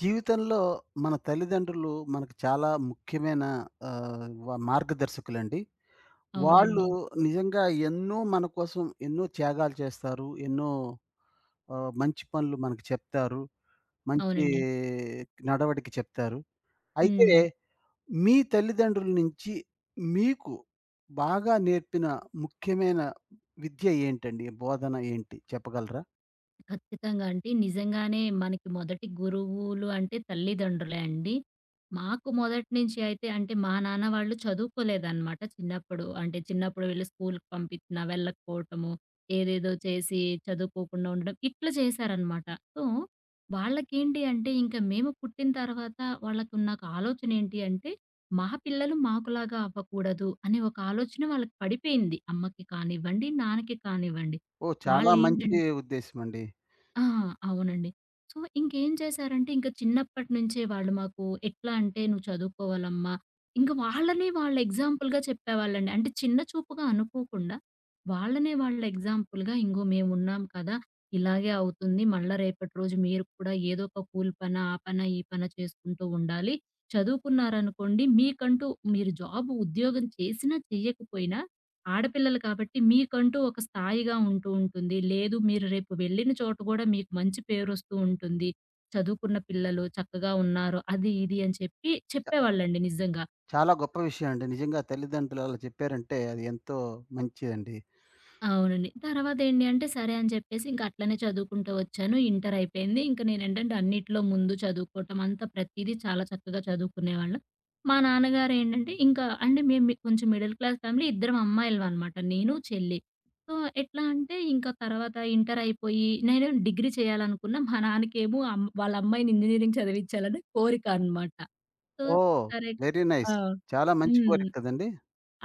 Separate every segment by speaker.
Speaker 1: జీవితంలో మన తల్లిదండ్రులు మనకు చాలా ముఖ్యమైన ఆహ్, వ మార్గదర్శకులండి. వాళ్ళు
Speaker 2: అవునండి.
Speaker 1: నిజంగా ఎన్నో మన కోసం ఎన్నో త్యాగాలు చేస్తారు. ఎన్నో మంచి పనులు మనకు చెప్తారు. మంచి
Speaker 2: అవునండి.
Speaker 1: నడవడిక చెప్తారు. అయితే
Speaker 2: హ్మ్.
Speaker 1: మీ తల్లిదండ్రుల నుంచి మీకు బాగా నేర్పిన ముఖ్యమైన విద్య ఏంటండి? బోధన ఏంటి చెప్పగలరా?
Speaker 2: ఖచ్చితంగా అండి. నిజంగానే మనకి మొదటి గురువులు అంటే తల్లిదండ్రులే అండి. మాకు మొదటి నుంచి అయితే అంటే మా నాన్న వాళ్ళు చదువుకోలేదనమాట చిన్నప్పుడు. అంటే చిన్నప్పుడు వీళ్ళు స్కూలుకి పంపించినా వెళ్ళకపోవటము, ఏదేదో చేసి చదువుకోకుండా ఉండడం ఇట్లా చేశారనమాట. సో, వాళ్ళకేంటి అంటే ఇంక మేము పుట్టిన తర్వాత వాళ్ళకున్న ఒక ఆలోచన ఏంటి అంటే, మా పిల్లలు మాకులాగా అవ్వకూడదు అనే ఒక ఆలోచన వాళ్ళకి పడిపోయింది. అమ్మకి కానివ్వండి, నాన్నకి కానివ్వండి.
Speaker 1: ఓహ్! చాలా మంచి
Speaker 2: వాళ్ళేంటంటే
Speaker 1: ఉద్దేశమండి.
Speaker 2: ఆ! అవునండి. సో, ఇంకేం చేశారంటే ఇంక చిన్నప్పటి నుంచే వాళ్ళు మాకు ఎట్లా అంటే "నువ్వు చదువుకోవాలమ్మా". ఇంక వాళ్ళని వాళ్ళు ఎగ్జాంపుల్‌గా చెప్పేవాళ్ళండి. అంటే చిన్న చూపుగా అనుకోకుండా వాళ్ళనే వాళ్ళ ఎగ్జాంపుల్‌గా, "ఇంగో మేమున్నాం కదా! ఇలాగే అవుతుంది. మళ్ళా రేపటి రోజు మీరు కూడా ఏదో ఒక కూలి పనా, ఆ పనా, ఈ పనా చేసుకుంటూ ఉండాలి. చదువుకున్నారనుకోండి మీకంటూ మీరు జాబ్ ఉద్యోగం చేసినా చేయకపోయినా ఆడపిల్లలు కాబట్టి మీకంటూ ఒక స్థాయిగా ఉంటూ ఉంటుంది. లేదు మీరు రేపు వెళ్ళిన చోట గూడా మీకు మంచి పేరొస్తూ ఉంటుంది. చదువుకున్న పిల్లలు చక్కగా ఉన్నారు. అది ఇది" అని చెప్పి చెప్పేవాళ్ళండి నిజంగా.
Speaker 1: చాలా గొప్ప విషయం అండి. నిజంగా తల్లిదండ్రులు అలా చెప్పారంటే అది ఎంతో మంచిదండి.
Speaker 2: అవునండి. తర్వాతేంటి అంటే, సరే అని చెప్పేసి ఇంక అట్లనే చదువుకుంటూ వచ్చాను. ఇంటరయిపోయింది. ఇంక నేనేంటంటే అన్నిట్లో ముందు చదువుకోవటం అంతా ప్రతీదీ చాలా చక్కగా చదువుకునేవాళ్ళం. మా నాన్నగారేంటంటే ఇంకా అంటే మేము కొంచెం మిడిల్ క్లాస్ ఫ్యామిలీ. ఇద్దరం అమ్మాయిలమనమాట. నేను, చెల్లి. సో, ఎట్లా అంటే ఇంకా తర్వాత ఇంటరయిపోయి నేను డిగ్రీ చేయాలనుకున్నా. మా నాన్నకేమో వాళ్ళ అమ్మాయిని ఇంజినీరింగ్ చదివించాలని కోరిక అనమాట. సో,
Speaker 1: ఓహ్!
Speaker 2: సరే.
Speaker 1: వెరీ
Speaker 2: ఆ!
Speaker 1: నైస్. చాలా మంచి
Speaker 2: హ్మ్.
Speaker 1: కోరిక కదండీ!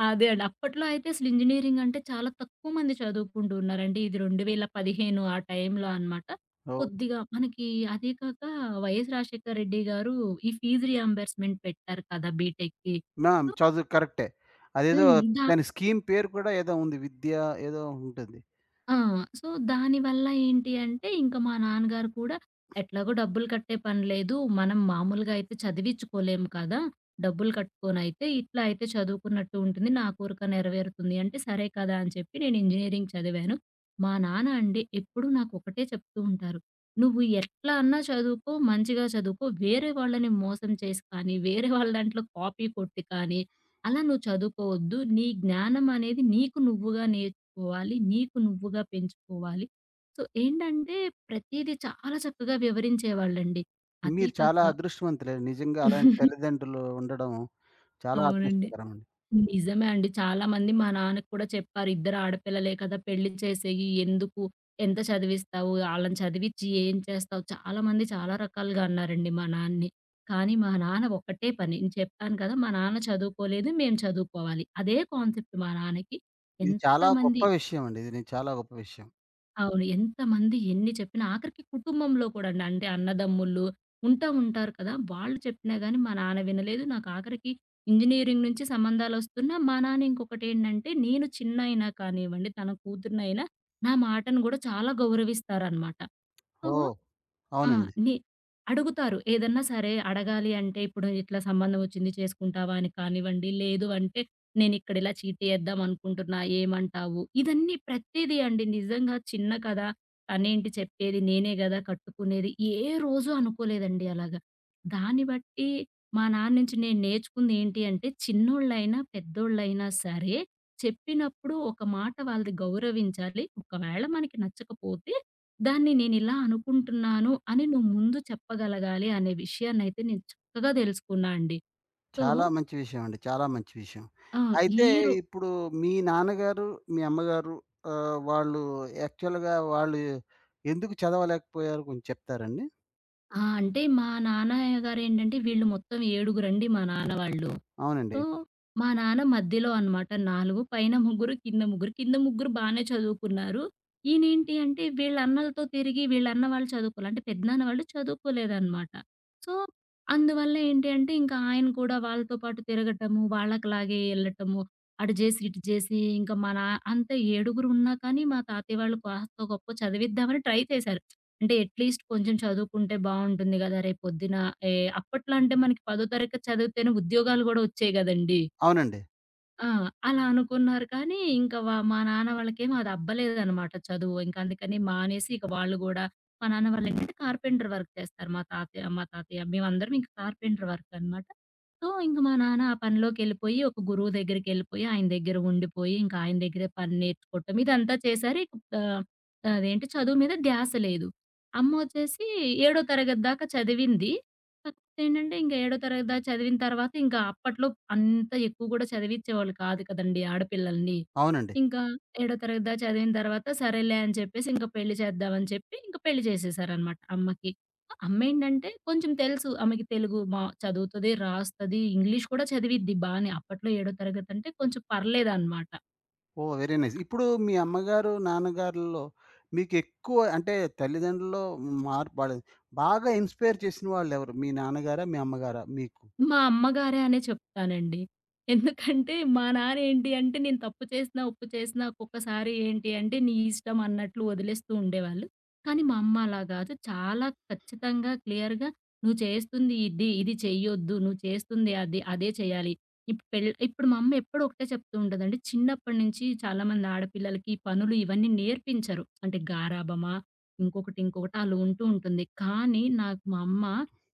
Speaker 2: అదే అండి. అప్పట్లో అయితే అసలు ఇంజినీరింగ్ అంటే చాలా తక్కువ మంది చదువుకుంటూ ఉన్నారండి. ఇది 2015 ఆ టైంలో అనమాట.
Speaker 1: ఓహ్!
Speaker 2: కొద్దిగా మనకి అదే కాక వైఎస్ రాజశేఖర రెడ్డి గారు ఈ ఫీజు రీయింబర్స్‌మెంట్ పెట్టారు కదా! బీటెక్‌కి.
Speaker 1: నా
Speaker 2: సో.
Speaker 1: చదువు కరెక్టే. అదేదో
Speaker 2: హ్మ్.
Speaker 1: దాని స్కీమ్ పేరు కూడా ఏదో ఉంది. విద్య ఏదో ఉంటుంది.
Speaker 2: ఆ! సో, దానివల్ల ఏంటి అంటే, ఇంక మా నాన్నగారు కూడా ఎట్లాగో డబ్బులు కట్టే పని లేదు. మనం మామూలుగా అయితే చదివిచ్చుకోలేము కదా! డబ్బులు కట్టుకొనైతే ఇట్లా అయితే చదువుకున్నట్టు ఉంటుంది. నా కోరిక నెరవేరుతుంది అంటే, సరే కదా అని చెప్పి నేను ఇంజినీరింగ్ చదివాను. మా నాన్న అండి ఎప్పుడూ నాకొకటే చెప్తూ ఉంటారు. "నువ్వు ఎట్లా అన్నా చదువుకో, మంచిగా చదువుకో. వేరే వాళ్ళని మోసం చేసి కానీ, వేరే వాళ్ళ దాంట్లో కాపీ కొట్టి కానీ, అలా నువ్వు చదువుకోవద్దు. నీ జ్ఞానం అనేది నీకు నువ్వుగా పెంచుకోవాలి. నీకు నువ్వుగా పెంచుకోవాలి." సో, ఏంటంటే ప్రతీదీ చాలా చక్కగా వివరించేవాళ్ళండి. అదీ
Speaker 1: మీరు
Speaker 2: కాక
Speaker 1: చాలా అదృష్టవంతులే. నిజంగా అలాంటి తల్లిదండ్రులు ఉండడం చాలా
Speaker 2: అవునండి.
Speaker 1: అదృష్టకరమండి.
Speaker 2: నిజమే అండి. చాలామంది మా నాన్నకి కూడా చెప్పారు. "ఇద్దరు ఆడపిల్లలే కదా! పెళ్లి చేసేయి. ఎందుకు? ఎంత చదివిస్తావు? ఆళ్ళని చదివిచ్చి ఏం చేస్తావు?" చాలామంది చాలా రకాలుగా అన్నారండి మా నాన్నని. కానీ మా నాన్న ఒకటే పని. నేను చెప్పాను కదా, మా నాన్న చదువుకోలేదు. మేము చదువుకోవాలి. అదే కాన్సెప్ట్ మా నాన్నకి.
Speaker 1: ఇది చాలా గొప్ప
Speaker 2: ఎంతమంది
Speaker 1: విషయం అండి. ఇది నేను చాలా గొప్ప విషయం.
Speaker 2: అవును. ఎంతమంది ఎన్ని చెప్పినా ఆఖరికి కుటుంబంలో కూడా అండి. అంటే అన్నదమ్ములు ఉంటారు కదా! వాళ్ళు చెప్పినా గాని మా నాన్న వినలేదు. నాకు ఆఖరికి ఇంజినీరింగ్ నుంచి సంబంధాలొస్తున్నా మా నాన్న ఇంకొకటేంటంటే, నేను చిన్నాయినా కానివ్వండి, తన కూతురినైనా నా మాటను గూడా చాలా గౌరవిస్తారనమాట. సో.
Speaker 1: ఓహ్!
Speaker 2: ఆ!
Speaker 1: అవునండి.
Speaker 2: ని అడుగుతారు. ఏదన్నా సరే అడగాలి అంటే, ఇప్పుడు ఇట్లా సంబంధం వచ్చింది చేసుకుంటావా అని కానివ్వండి, లేదు అంటే నేనిక్కడ ఇలా చీటేద్దాం అనుకుంటున్నా ఏమంటావు? ఇదన్నీ ప్రతీదీ అండి నిజంగా చిన్న కదా! తనేంటి చెప్పేది, నేనే గదా కట్టుకునేది. ఏ రోజు అనుకోలేదండి అలాగా. దాన్ని బట్టి మా నాన్న నుంచి నేను నేర్చుకుంది ఏంటి అంటే, చిన్నోళ్ళైనా, పెద్దోళ్ళైనా సరే చెప్పినప్పుడు ఒక మాట వాళ్ళది గౌరవించాలి. ఒకవేళ మనకి నచ్చకపోతే, దాన్ని నేనిలా అనుకుంటున్నాను అని నువ్వు ముందు చెప్పగలగాలి అనే విషయాన్నయితే నేను చక్కగా తెలుసుకున్నా అండి. సో.
Speaker 1: చాలా మంచి విషయం అండి. చాలా మంచి విషయం.
Speaker 2: ఆ! ఈ
Speaker 1: అయితే
Speaker 2: రో
Speaker 1: ఇప్పుడు మీ నాన్నగారు, మీ అమ్మగారు వాళ్ళు యాక్చువల్‌గా వాళ్ళు ఎందుకు చదవలేకపోయారు కొంచెం చెప్తారండి?
Speaker 2: ఆ! అంటే మా నాన్నయ్య గారేంటంటే వీళ్ళు మొత్తం ఏడుగురండి మా నాన్న వాళ్ళు.
Speaker 1: అవునండి.
Speaker 2: సో, మా నాన్న మధ్యలో అనమాట. 4 పైన ముగ్గురు, కింద ముగ్గురు. కింద ముగ్గురు బానే చదువుకున్నారు. ఈయనేంటి అంటే వీళ్ళ అన్నలతో తిరిగి వీళ్ళన్న వాళ్ళు చదువుకోలే. అంటే పెద్దనాన్న వాళ్ళు చదువుకోలేదనమాట. సో, అందువల్ల ఏంటి అంటే ఇంకా ఆయన కూడా వాళ్ళతో పాటు తిరగటము, వాళ్ళకిలాగే ఎళ్ళటము, అటు జేసి, ఇటు జేసి ఇంకా మా నా అంత ఏడుగురు ఉన్నా కానీ మా తాతయ్య వాళ్ళు కాస్తో గొప్పో చదివిద్దామని ట్రై చేశారు. అంటే అట్‌లీస్ట్ కొంచెం చదువుకుంటే బావుంటుంది గదా! రేపొద్దున ఏ అప్పట్లో అంటే మనకి పదో తరగతి చదివితేనే ఉద్యోగాలు గూడా ఒచ్చేయి గదండీ!
Speaker 1: అవునండి.
Speaker 2: ఆ! అలా అనుకున్నారు కానీ, ఇంక మా నాన్న వాళ్ళకేమి అది అబ్బలేదనమాట చదువు. ఇంక అందుకని మానేసి ఇక వాళ్ళు గూడా మా నాన్న వాళ్ళేంటంటే కార్పెంటర్ వర్క్ చేస్తారు. మా తాతయ్య మేమందరం ఇంక కార్పెంటర్ వర్క్ అనమాట. సో, ఇంక మా నాన్న ఆ పనిలోకెళ్ళిపోయి ఒక గురువు దగ్గరికెళ్ళిపోయి, ఆయన దగ్గర ఉండిపోయి, ఇంక ఆయన దగ్గరే పని నేర్చుకోవటం ఇదంతా చేశారు. ఇక ఆహ్, అదేంటి చదువు మీద ధ్యాస లేదు. అమ్మొచ్చేసి ఏడో తరగతి దాకా చదివింది. ఏంటంటే ఇంక ఏడో తరగతి దాకా చదివిన తర్వాత ఇంకా అప్పట్లో అంత ఎక్కువ గూడా చదివిచ్చేవాళ్ళు కాదు కదండీ ఆడపిల్లల్ని.
Speaker 1: అవునండి.
Speaker 2: ఇంకా ఏడో తరగతి దాకా చదివిన తర్వాత సరేలే అని చెప్పేసి ఇంక పెళ్లి చేద్దామని చెప్పి ఇంక పెళ్లి చేసేసారనమాట అమ్మకి. అమ్మేంటంటే కొంచెం తెలుసు, ఆమెకి తెలుగు బా చదువుతది, రాస్తది, ఇంగ్లీష్ కూడా చదివిద్ది బానే. అప్పట్లో ఏడో తరగతంటే కొంచెం పర్లేదనమాట.
Speaker 1: ఓహ్! Very nice. ఇప్పుడు మీ అమ్మగారు, నాన్నగారుల్లో మీకెక్కువ అంటే తల్లిదండ్రుల్లో మార్పు బాగా ఇన్‌స్పైర్ చేసిన వాళ్ళెవరు? మీ నాన్నగారా? మీ అమ్మగారా మీకు?
Speaker 2: మా అమ్మగారే అనే చెప్తానండి. ఎందుకంటే మా నాన్న ఏంటి అంటే నేను తప్పు చేసినా, ఒప్పు చేసినా ఒక్కొక్కసారి ఏంటి అంటే నీ ఇష్టం అన్నట్లు వదిలేస్తూ ఉండేవాళ్ళు. కానీ మా అమ్మ అలా కాదు. చాలా ఖచ్చితంగా క్లియర్‌గా నువ్వు చేస్తుంది ఇది, ఇది చెయ్యొద్దు. నువ్వు చేస్తుంది అది, అదే చేయాలి. ఇప్పుడు మా అమ్మ ఎప్పుడూ ఒకటే చెప్తూ ఉంటదండి. చిన్నప్పటి నుంచి చాలామంది ఆడపిల్లలకి ఈ పనులు ఇవన్నీ నేర్పించరు. అంటే గారాబమా ఇంకొకటి, ఇంకొకటి అలా ఉంటూ ఉంటుంది. కానీ నాకు మా అమ్మ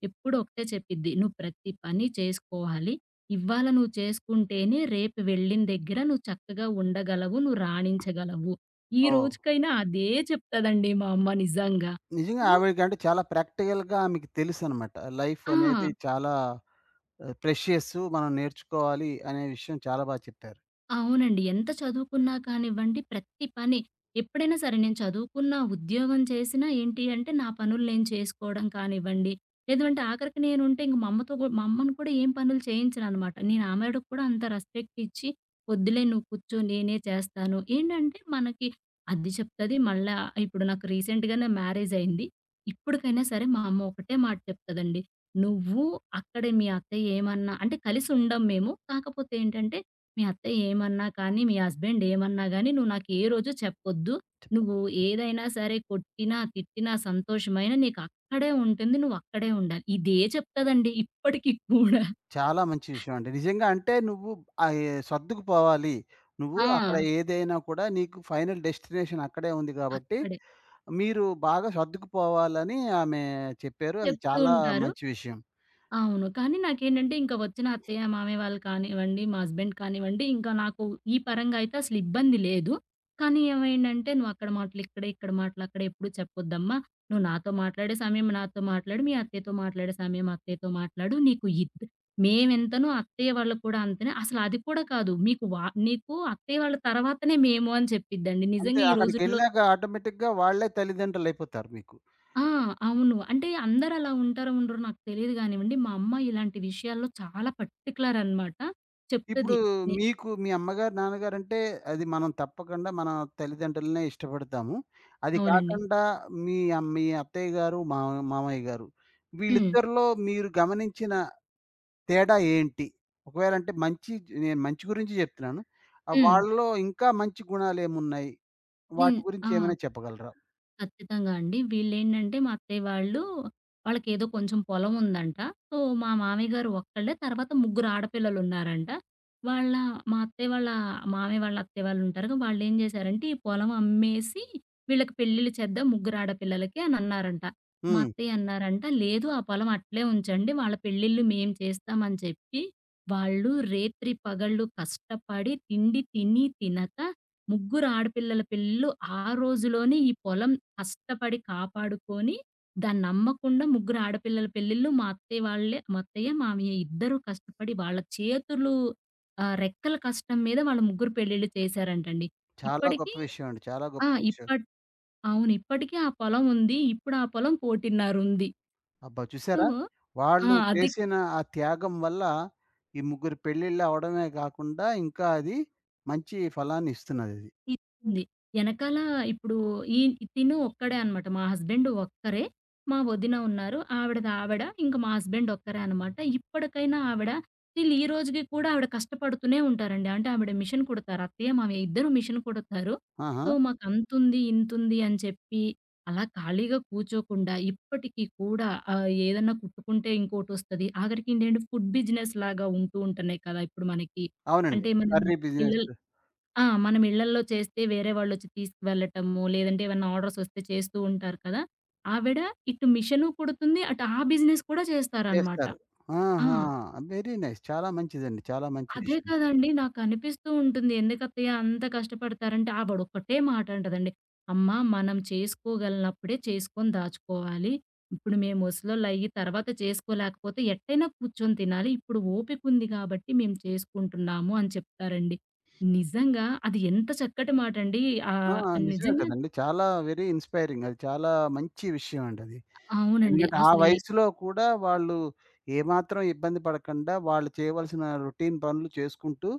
Speaker 2: ఎప్పుడు ఒకటే చెప్పిద్ది. "నువ్వు ప్రతి పని చేసుకోవాలి. ఇవాళ నువ్వు చేసుకుంటేనే రేపు వెళ్ళిన దగ్గర నువ్వు చక్కగా ఉండగలవు. నువ్వు రాణించగలవు." ఈ
Speaker 1: ఓహ్!
Speaker 2: రోజుకైనా అదే చెప్తదండి మా అమ్మ నిజంగా.
Speaker 1: నిజంగా
Speaker 2: సో.
Speaker 1: ఆవిడకంటే చాలా ప్రాక్టికల్‌గా ఆమెకి తెలుసనమాట. లైఫ్ అనేది
Speaker 2: ఆ!
Speaker 1: చాలా ప్రెషియస్ మనం నేర్చుకోవాలి అనే విషయం చాలా బా చెప్పారు.
Speaker 2: అవునండి. ఎంత చదువుకున్నా కానివ్వండి, ప్రతి పని ఎప్పుడైనా సరే నేను చదువుకున్నా, ఉద్యోగం చేసినా ఏంటి అంటే నా పనులు నేను చేసుకోవడం కానివ్వండి, లేదు అంటే ఆఖరికి నేనుంటే ఇంక మా అమ్మతో గూడా మా అమ్మను కూడా ఏం పనులు చేయించననమాట. నేను ఆమెడకి కూడా అంత రెస్పెక్ట్ ఇచ్చి, "వద్దులే నువ్వు కూర్చో నేనే చేస్తాను." ఏంటంటే మనకి అది చెప్తది మళ్ళా. ఇప్పుడు నాకు రీసెంట్‌గానే మ్యారేజ్ అయింది. ఇప్పటికైనా సరే మా అమ్మ ఒకటే మాట చెప్తదండి. "నువ్వు అక్కడే మీ అత్తయ్య ఏమన్నా" అంటే, కలిసుండం మేము. కాకపోతే ఏంటంటే మీ అత్తయ్య ఏమన్నా కానీ, మీ హస్బెండ్ ఏమన్నా గానీ, నువ్వు నాకు ఏ రోజు చెప్పొద్దు. నువ్వు ఏదైనా సరే కొట్టినా, తిట్టినా, సంతోషమైనా నీకక్కడే ఉంటుంది. నువ్వక్కడే ఉండాలి. ఇదే చెప్తదండి ఇప్పటికి కూడా.
Speaker 1: చాలా మంచి విషయం అండి. నిజంగా అంటే నువ్వు ఆహ్, ఎ సర్దుకుపోవాలి. నువ్వు
Speaker 2: ఆ!
Speaker 1: అక్కడ ఏదైనా కూడా నీకు ఫైనల్ డెస్టినేషన్ అక్కడే ఉంది కాబట్టి,
Speaker 2: అక్కడే.
Speaker 1: మీరు బాగా సర్దుకుపోవాలని ఆమె చెప్పారు. అది
Speaker 2: చెప్తూ
Speaker 1: చాలా
Speaker 2: ఉంటారు.
Speaker 1: మంచి విషయం.
Speaker 2: అవును. కానీ నాకేంటంటే ఇంక వచ్చిన అత్తయ్య, మామయ్య వాళ్ళు కానివ్వండి, మా హస్బెండ్ కానివ్వండి, ఇంకా నాకు ఈ పరంగా అయితే అసలు ఇబ్బంది లేదు. కానీ ఏమైందంటే, "నువ్వు అక్కడ మాటలు ఇక్కడే, ఇక్కడ మాటలు అక్కడే ఎప్పుడు చెప్పొద్దమ్మా. నువ్వు నాతో మాట్లాడే సమయం నాతో మాట్లాడు, మీ అత్తయ్యతో మాట్లాడే సమయం అత్తయ్యతో మాట్లాడు. నీకు మేమెంతనో అత్తయ్య వాళ్ళకి కూడా అంతనే. అసలు అది కూడా కాదు. మీకు నీకు అత్తయ్య వాళ్ళ తర్వాతనే మేము" అని చెప్పిద్దండి.
Speaker 1: అంతే
Speaker 2: నిజంగా ఈ రోజుల్లో.
Speaker 1: అక్కడికెళ్ళాక ఆటోమేటిక్‌గా వాళ్ళే తల్లిదండ్రులయిపోతారు మీకు.
Speaker 2: ఆ! అవును. అంటే అందరూ అలా ఉంటారో ఉండరో నాకు తెలీదు గానివ్వండి. మా అమ్మ ఇలాంటి విషయాల్లో చాలా పర్టిక్యులర్ అనమాట.
Speaker 1: ఇప్పుడు
Speaker 2: చెప్తది. ని
Speaker 1: మీకు మీ అమ్మగారు, నాన్నగారంటే అది మనం తప్పకుండా మన తల్లిదండ్రులనే ఇష్టపడతాము. అది
Speaker 2: అవునండి.
Speaker 1: కాకుండా మీ అత్తయ్య గారు, మామయ్య గారు
Speaker 2: హ్మ్.
Speaker 1: వీళ్ళిద్దరిలో మీరు గమనించిన తేడా ఏంటి? ఒకవేళ అంటే మంచి నేను మంచి గురించి చెప్తున్నాను.
Speaker 2: హ్మ్.
Speaker 1: వాళ్ళలో ఇంకా మంచి గుణాలేమున్నాయి? వాటి
Speaker 2: నేను
Speaker 1: గురించి
Speaker 2: ఆ!
Speaker 1: ఏమైనా చెప్పగలరా?
Speaker 2: ఖచ్చితంగా అండి. వీళ్ళేంటంటే మా అత్తయ్య వాళ్ళు వాళ్ళకేదో కొంచెం పొలం ఉందంట. సో, మా మామయ్య గారు ఒక్కళ్ళే, తర్వాత ముగ్గురు ఆడపిల్లలున్నారంట. వాళ్ళ మా అత్తయ్య వాళ్ళ మామయ్య వాళ్ళ అత్తయ్య వాళ్ళుంటారుగా, వాళ్ళేం జేశారంటే ఈ పొలం అమ్మేసి వీళ్ళకి పెళ్ళిళ్ళు చేద్దాం ముగ్గురు ఆడపిల్లలకి అనన్నారంట. మా
Speaker 1: హ్మ్.
Speaker 2: అత్తయ్య అన్నారంట, "లేదు ఆ పొలం అట్లే ఉంచండి. వాళ్ళ పెళ్ళిళ్ళు మేము చేస్తామని" చెప్పి వాళ్ళు రేత్రి పగళ్ళు కష్టపడి తిండి తిని తినక ముగ్గురు ఆడపిల్లల పెళ్ళిళ్ళు ఆ రోజులోనే ఈ పొలం కష్టపడి కాపాడుకొని, దాన్నమ్మకుండా ముగ్గురు ఆడపిల్లల పెళ్ళిళ్ళు మా అత్తయ్య వాళ్ళే, మా అత్తయ్య, మామయ్య ఇద్దరూ కష్టపడి వాళ్ళ చేతులు, రెక్కల కష్టం మీద వాళ్ళ ముగ్గురు పెళ్ళిళ్ళు చేశారంటండి.
Speaker 1: చాలా గొప్ప
Speaker 2: ఇప్పటికి.
Speaker 1: విషయం అండి. చాలా
Speaker 2: ఆ!
Speaker 1: గొప్ప విషయం.
Speaker 2: అవును. ఇప్పటికి ఆ పొలం ఉంది. ఇప్పుడు ఆ పొలం కోటిన్నరుంది.
Speaker 1: అబ్బా!
Speaker 2: సో.
Speaker 1: చూసారా?
Speaker 2: ఆ!
Speaker 1: వాళ్ళు
Speaker 2: అది
Speaker 1: చేసిన ఆ త్యాగం వల్ల ఈ ముగ్గురు పెళ్ళిళ్ళు అవ్వడమే గాకుండా ఇంకా అది మంచి ఫలాన్ని ఇస్తున్నదది.
Speaker 2: ఇచ్చింది. ఎనకాల. ఇప్పుడు ఈన్ తిను ఒక్కడే అనమాట. మా హస్బెండ్ ఒక్కరే. మా వదిన ఉన్నారు. ఆవిడది ఆవిడ. ఇంక మా హస్బెండ్ ఒక్కరే అనమాట. ఇప్పటికైనా ఆవిడ స్టిల్ ఈ రోజుకి కూడా ఆవిడ కష్టపడుతూనే ఉంటారండి. అంటే ఆవిడ మిషన్ కుడతారు. అత్తయ్య, మామయ్య ఇద్దరు మిషన్ కుడతారు.
Speaker 1: ఆహా!
Speaker 2: సో, మాకంతుంది, ఇంతుంది అని చెప్పి అలా ఖాళీగా కూర్చోకుండా ఇప్పటికి కూడా ఏదన్నా కుట్టుకుంటే ఇంకోటొస్తది. ఆఖరికేంటంటే ఫుడ్ బిజినెస్ లాగా ఉంటూ ఉంటున్నాయి కదా ఇప్పుడు మనకి.
Speaker 1: అవునండి.
Speaker 2: అంటే మనం
Speaker 1: కర్రీ బిజినెస్
Speaker 2: ఇళ్ళల్ ఆ! మనం ఇళ్ళల్లో చేస్తే వేరే వాళ్ళొచ్చి తీసుకువెళ్ళటము, లేదంటే ఏవన్నా ఆర్డర్స్ వస్తే చేస్తూ ఉంటారు కదా! ఆవిడ ఇటు మిషను కుడుతుంది. అటు ఆ బిజినెస్ కూడా చేస్తారనమాట.
Speaker 1: చేస్తారు.
Speaker 2: ఆ!
Speaker 1: ఆహా! Very nice. చాలా మంచిదండి. చాలా మంచి
Speaker 2: అదే
Speaker 1: విషయం.
Speaker 2: కదండీ! నాకనిపిస్తూ ఉంటుంది. ఎందుకత్తయ్య అంత కష్టపడతారంటే, ఆవిడొక్కటే మాటంటదండి. "అమ్మా! మనం చేసుకోగలనప్పుడే చేసుకొని దాచుకోవాలి. ఇప్పుడు మేము ముసలోళ్ళయ్యి తర్వాత చేసుకోలేకపోతే ఎట్టైనా కూర్చొని తినాలి. ఇప్పుడు ఓపికుంది గాబట్టి మేము చేసుకుంటున్నాము" అని చెప్తారండి. నిజంగా అది ఎంత చక్కటి మాటండి.
Speaker 1: ఆ!
Speaker 2: ఆహ్,
Speaker 1: నిజమే
Speaker 2: నిజంగా.
Speaker 1: కదండీ. చాలా వెరీ ఇన్‌స్పైరింగ్. అది చాలా మంచి విషయం అండి అది.
Speaker 2: అవునండి.
Speaker 1: ఎందుకంటే ఆ
Speaker 2: అసలే.
Speaker 1: వయసులో కూడా వాళ్ళు ఏమాత్రం ఇబ్బంది పడకుండా వాళ్ళు చేయవలసిన రొటీన్ పనులు చేసుకుంటూ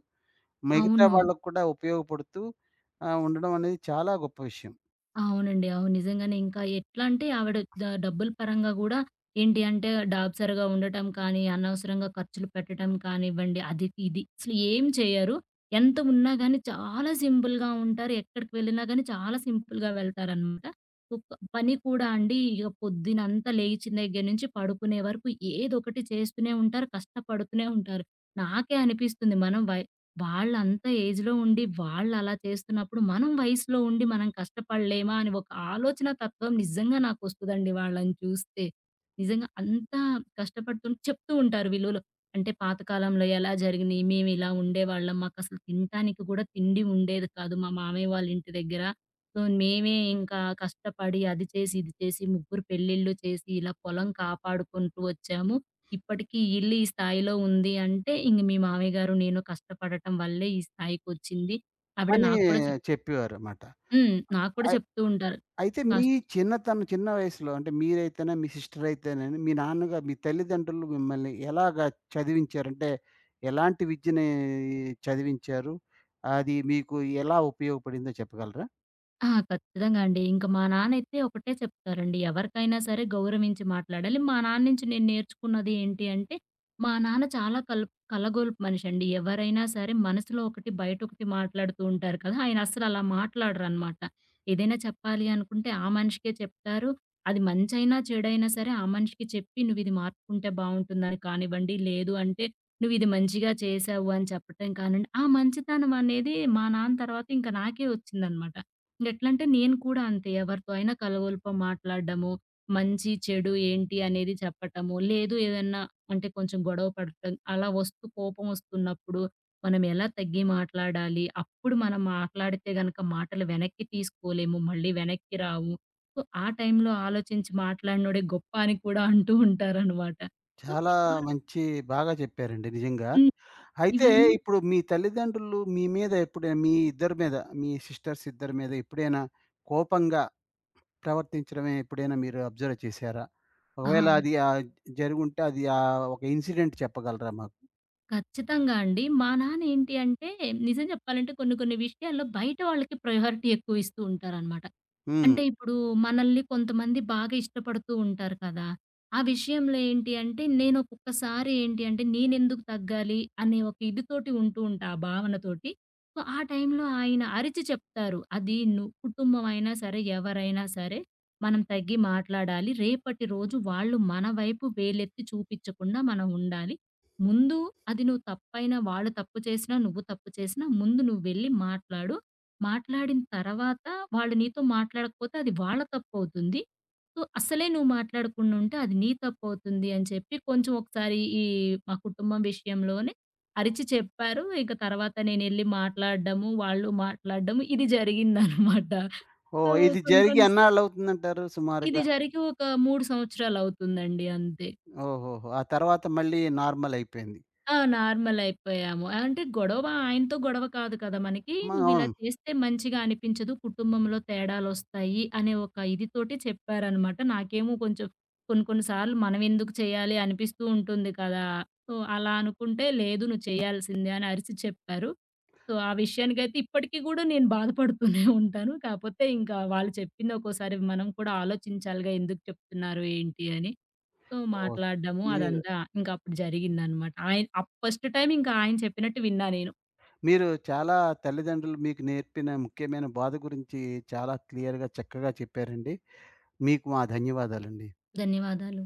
Speaker 1: మిగతా
Speaker 2: అవును.
Speaker 1: వాళ్ళకి కూడా ఉపయోగపడుతూ ఉండడం అనేది చాలా గొప్ప విషయం
Speaker 2: అవునండి. అవును. నిజంగానే ఇంకా ఎట్లా అంటే ఆవిడ డబ్బుల పరంగా గూడా ఏంటి అంటే డాబసరిగా ఉండటం కానీ, అనవసరంగా ఖర్చులు పెట్టడం కానివ్వండి, అది ఇది అసలు ఏం చేయరు. ఎంత ఉన్నా గానీ చాలా సింపుల్‌గా ఉంటారు. ఎక్కడికి వెళ్ళినా గానీ చాలా సింపుల్‌గా వెళ్తారనమాట. ఒక్క పని కూడా అండి ఇగ పొద్దునంతా లేచిన దగ్గర నుంచి పడుకునే వరకు ఏదొకటి చేస్తూనే ఉంటారు. కష్టపడుతూనే ఉంటారు. నాకే అనిపిస్తుంది మనం వాళ్ళంత ఏజ్‌లో ఉండి వాళ్ళలా చేస్తున్నప్పుడు, మనం వయసులో ఉండి మనం కష్టపడలేమా అని ఒక ఆలోచన తత్వం నిజంగా నాకొస్తదండి వాళ్ళని చూస్తే. నిజంగా అంత చెప్తూ ఉంటారు విలువలు. అంటే పాతకాలంలో ఎలా జరిగినియి, మేమిలా ఉండేవాళ్ళం, మాకసలు తినటానికి కూడా తిండి ఉండేది కాదు మా మామయ్య వాళ్ళ ఇంటి దగ్గర. సో, మేమే ఇంకా కష్టపడి అది చేసి, ఇది చేసి, ముగ్గురు పెళ్ళిళ్ళు చేసి ఇలా పొలం కాపాడుకుంటూ వచ్చాము. ఇప్పటికి ఈ ఇల్లు ఈ స్థాయిలో ఉంది అంటే, ఇంక మీ మామయ్య గారు, నేను కష్టపడటం వల్లే ఈ స్థాయికొచ్చింది. ఆవిడ
Speaker 1: అని
Speaker 2: నాకు కూడా
Speaker 1: చెప్పేవారమాట.
Speaker 2: హ్మ్. నాకు కూడా
Speaker 1: అయి
Speaker 2: చెప్తూ ఉంటారు.
Speaker 1: అయితే మీ
Speaker 2: కష్
Speaker 1: చిన్నతనం చిన్న వయసులో అంటే మీరైతేనే, మీ సిస్టర్ అయితేనేని, మీ నాన్నగా మీ తల్లిదండ్రులు మిమ్మల్ని ఎలాగా చదివించారు? అంటే ఎలాంటి విద్యని చదివించారు? అది మీకు ఎలా ఉపయోగపడిందో చెప్పగలరా?
Speaker 2: ఆ! ఖచ్చితంగా అండి. ఇంక మా నాన్నైతే ఒకటే చెప్తారండి. ఎవరికైనా సరే గౌరవించి మాట్లాడాలి. మా నాన్న నుంచి నేను నేర్చుకున్నది ఏంటి అంటే, మా నాన్న చాలా కలగొల్పు మనిషండి. ఎవరైనా సరే మనసులో ఒకటి, బయట ఒకటి మాట్లాడుతూ ఉంటారు కదా! ఆయన అస్సలు అలా మాట్లాడరనమాట. ఏదైనా చెప్పాలి అనుకుంటే ఆ మనిషికే చెప్తారు. అది మంచైనా, చెడైనా సరే ఆ మనిషికి చెప్పి "నువ్విది మార్చుకుంటే బావుంటుందని" కానివ్వండి, లేదు అంటే "నువ్విది మంచిగా చేశావు" అని చెప్పటం కానివ్వండి, ఆ మంచితనం అనేది మా నాన్న తర్వాత ఇంక నాకే వచ్చిందనమాట. ఎట్లంటే నేను కూడా అంతే. ఎవరితో అయినా కలగొల్ప మాట్లాడడము, మంచి, చెడు ఏంటి అనేది చెప్పటము. లేదు ఏదన్నా అంటే కొంచెం గొడవ పడటం, అలా వస్తూ కోపమొస్తున్నప్పుడు మనం ఎలా తగ్గి మాట్లాడాలి? అప్పుడు మనం మాట్లాడితే గనక మాటలు వెనక్కి తీసుకోలేము. మళ్ళీ వెనక్కి రావు. సో, ఆ టైంలో ఆలోచించి మాట్లాడినోడే గొప్ప అని కూడా అంటూ ఉంటారనమాట. సో,
Speaker 1: చాలా మంచి బాగా చెప్పారండి నిజంగా.
Speaker 2: హ్మ్.
Speaker 1: అయితే
Speaker 2: ఇవన్నీ.
Speaker 1: ఇప్పుడు మీ తల్లిదండ్రులు మీ మీద ఎప్పుడైనా మీ ఇద్దరి మీద, మీ సిస్టర్స్ ఇద్దరి మీద ఎప్పుడైనా కోపంగా ప్రవర్తించడమే ఎప్పుడైనా మీరు అబ్జర్వ్ చేశారా?
Speaker 2: ఆ!
Speaker 1: ఒకవేళ అది జరిగుంటే అది ఒక ఇన్సిడెంట్ చెప్పగలరా మాకు?
Speaker 2: ఖచ్చితంగా అండి. మా నాన్న ఏంటి అంటే, నిజం చెప్పాలంటే కొన్ని కొన్ని విషయాల్లో బయట వాళ్ళకి ప్రయారిటీ ఎక్కువ ఇస్తూ ఉంటారనమాట.
Speaker 1: హ్మ్.
Speaker 2: అంటే ఇప్పుడు మనల్ని కొంతమంది బాగా ఇష్టపడుతూ ఉంటారు కదా! ఆ విషయంలో ఏంటి అంటే, నేను ఒక్కొక్కసారి ఏంటి అంటే, నేనెందుకు తగ్గాలి అనే ఒక ఇదితోటి ఉంటూ ఉంటా, ఆ భావనతోటి. సో, ఆ టైంలో ఆయన అరిచి చెప్తారు. అది కుటుంబం అయినా సరే, ఎవరైనా సరే మనం తగ్గి మాట్లాడాలి. రేపటి రోజు వాళ్ళు మన వైపు వేలెత్తి చూపిచ్చకుండా మనం ఉండాలి. ముందు అది నువ్వు తప్పైనా వాళ్ళు తప్పు చేసినా, నువ్వు తప్పు చేసినా ముందు నువ్వెళ్ళి మాట్లాడు. మాట్లాడిన తర్వాత వాళ్ళు నీతో మాట్లాడకపోతే అది వాళ్ళ తప్పవుతుంది. సో, అసలే నువ్వు మాట్లాడకుండా ఉంటే అది నీ తప్పవుతుంది అని చెప్పి కొంచెం ఒకసారి ఈ మా కుటుంబం విషయంలోనే అరిచి చెప్పారు. ఇక తర్వాత నేనెళ్ళి మాట్లాడడము, వాళ్ళు మాట్లాడడము ఇది జరిగిందనమాట. సో,
Speaker 1: ఓహ్! ఇది
Speaker 2: కొన్ని
Speaker 1: జరిగి
Speaker 2: కొన్ని స్
Speaker 1: ఎన్నాళ్ళవుతుందంటారు
Speaker 2: ఇది
Speaker 1: సుమారుగా?
Speaker 2: జరిగి ఒక 3 సంవత్సరాలవుతుందండి అంతే.
Speaker 1: ఓహోహో! ఆ తర్వాత మళ్ళీ నార్మలయిపోయింది.
Speaker 2: ఆ! నార్మలయిపోయాము. అంటే గొడవ ఆయనతో గొడవ కాదు కదా మనకి.
Speaker 1: మా
Speaker 2: నువ్విలా
Speaker 1: అవును.
Speaker 2: చేస్తే మంచిగా అనిపించదు. కుటుంబంలో తేడాలొస్తాయి అనే ఒక ఇది తోటి చెప్పారనమాట. నాకేమో కొంచెం కొన్ని కొన్ని సార్లు మనమెందుకు చేయాలి అనిపిస్తూ ఉంటుంది కదా! సో, అలా అనుకుంటే లేదు నువ్వు చేయాల్సిందే అని అరిసి చెప్పారు. సో, ఆ విషయానికైతే ఇప్పటికి గూడా నేను బాధపడుతూనే ఉంటాను. కాపోతే ఇంకా వాళ్ళు చెప్పింది ఒక్కోసారి మనం కూడా ఆలోచించాలిగా ఎందుకు చెప్తున్నారు ఏంటి అని. సో,
Speaker 1: ఓహ్!
Speaker 2: మాట్లాడడము
Speaker 1: మీరు
Speaker 2: అదంతా. ఇంకప్పుడు జరిగిందనమాట. ఆయన ఫస్ట్ టైమ్ ఇంకా ఆయన చెప్పినట్టు విన్నా నేను.
Speaker 1: మీరు చాలా తల్లిదండ్రులు మీకు నేర్పిన ముఖ్యమైన బాధ గురించి చాలా క్లియర్‌గా, చక్కగా చెప్పారండి. మీకు మా ధన్యవాదాలండి.
Speaker 2: ధన్యవాదాలు.